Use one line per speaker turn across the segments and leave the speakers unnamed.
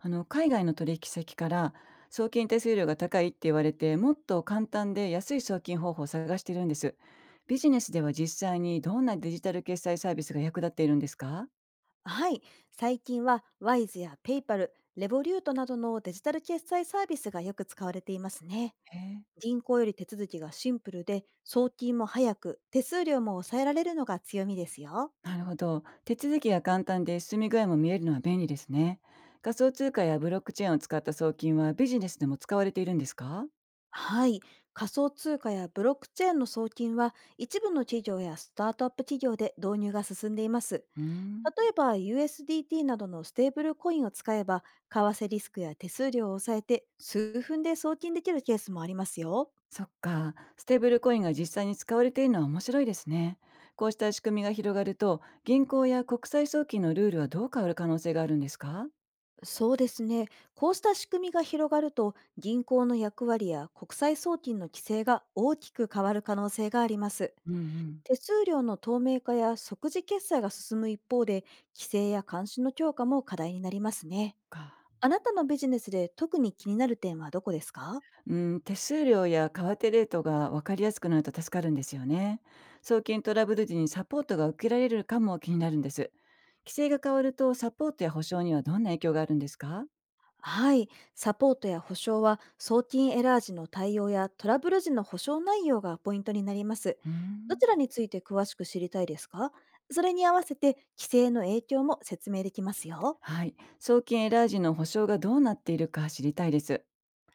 海外の取引先から送金手数料が高いって言われて、もっと簡単で安い送金方法を探してるんです。ビジネスでは実際にどんなデジタル決済サービスが役立っているんですか？
はい、最近は WISE や PayPal、レボリュートなどのデジタル決済サービスがよく使われていますね。
へえ。
銀行より手続きがシンプルで、送金も早く、手数料も抑えられるのが強みですよ。
なるほど、手続きが簡単で進み具合も見えるのは便利ですね。仮想通貨やブロックチェーンを使った送金はビジネスでも使われているんですか？
はい、仮想通貨やブロックチェーンの送金は一部の企業やスタートアップ企業で導入が進んでいます。
うーん。
例えば USDT などのステーブルコインを使えば、為替リスクや手数料を抑えて数分で送金できるケースもありますよ。
そっか、ステーブルコインが実際に使われているのは面白いですね。こうした仕組みが広がると、銀行や国際送金のルールはどう変わる可能性があるんですか？
そうですね。こうした仕組みが広がると、銀行の役割や国際送金の規制が大きく変わる可能性があります。
うんうん。
手数料の透明化や即時決済が進む一方で、規制や監視の強化も課題になりますね。
か。
あなたのビジネスで特に気になる点はどこですか？
うん、手数料や為替レートが分かりやすくなると助かるんですよね。送金トラブル時にサポートが受けられるかも気になるんです。規制が変わるとサポートや保証にはどんな影響があるんですか？
はい、サポートや保証は送金エラー時の対応やトラブル時の保証内容がポイントになります。
う
ど
ん。
ちらについて詳しく知りたいですか？それに合わせて規制の影響も説明できますよ。
はい、送金エラー時の保証がどうなっているか知りたいです。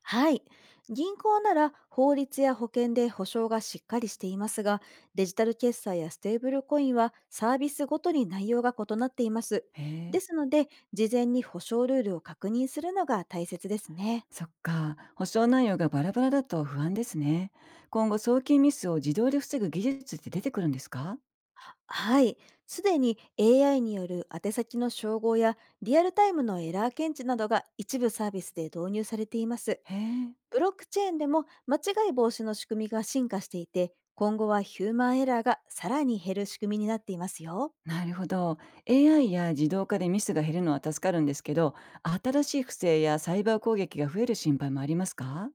はい。銀行なら法律や保険で保証がしっかりしていますが、デジタル決済やステーブルコインはサービスごとに内容が異なっています。
へえ。
ですので、事前に保証ルールを確認するのが大切ですね。
そっか、保証内容がバラバラだと不安ですね。今後、送金ミスを自動で防ぐ技術って出てくるんですか？
はい。すでに AI による宛先の照合やリアルタイムのエラー検知などが一部サービスで導入されています。
へえ、
ブロックチェーンでも間違い防止の仕組みが進化していて、今後はヒューマンエラーがさらに減る仕組みになっていますよ。
なるほど。AI や自動化でミスが減るのは助かるんですけど、新しい不正やサイバー攻撃が増える心配もありますか？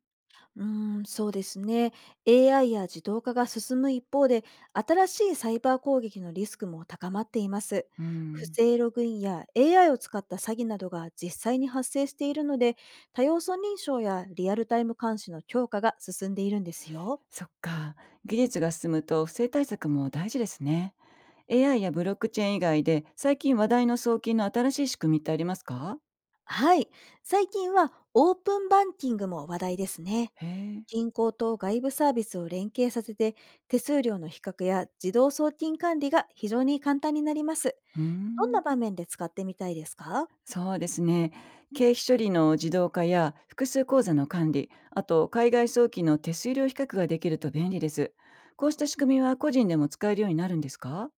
うーん、そうですね。AI や自動化が進む一方で、新しいサイバー攻撃のリスクも高まっています。
う
不
ん、
正ログインや AI を使った詐欺などが実際に発生しているので、多要素認証やリアルタイム監視の強化が進んでいるんですよ。
そっか。技術が進むと不正対策も大事ですね。AI やブロックチェーン以外で、最近話題の送金の新しい仕組みってありますか？
はい。最近はオープンバンキングも話題ですね。
へえ、
銀行と外部サービスを連携させて、手数料の比較や自動送金管理が非常に簡単になります。
う
どんな
ん。
場面で使ってみたいですか？
そうですね。経費処理の自動化や複数口座の管理、あと海外送金の手数料比較ができると便利です。こうした仕組みは個人でも使えるようになるんですか？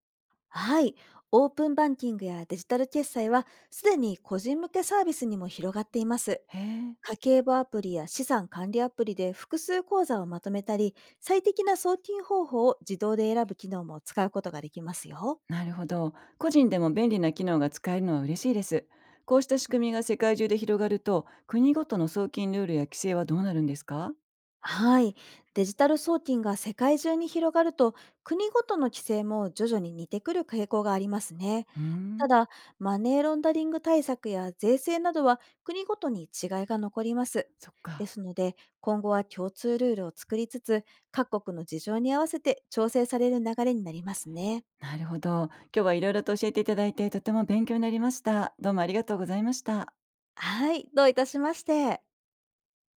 はい。オープンバンキングやデジタル決済は、すでに個人向けサービスにも広がっています。
へえ、
家計簿アプリや資産管理アプリで複数口座をまとめたり、最適な送金方法を自動で選ぶ機能も使うことができますよ。
なるほど。個人でも便利な機能が使えるのは嬉しいです。こうした仕組みが世界中で広がると、国ごとの送金ルールや規制はどうなるんですか？
はい。デジタル送金が世界中に広がると、国ごとの規制も徐々に似てくる傾向がありますね。
うー
た
ん、
だ、マネーロンダリング対策や税制などは国ごとに違いが残ります。
そっ
で
か。
すので、今後は共通ルールを作りつつ、各国の事情に合わせて調整される流れになりますね。
なるほど。今日はいろいろと教えていただいてとても勉強になりました。どうもありがとうございました。
はい、どういたしまして。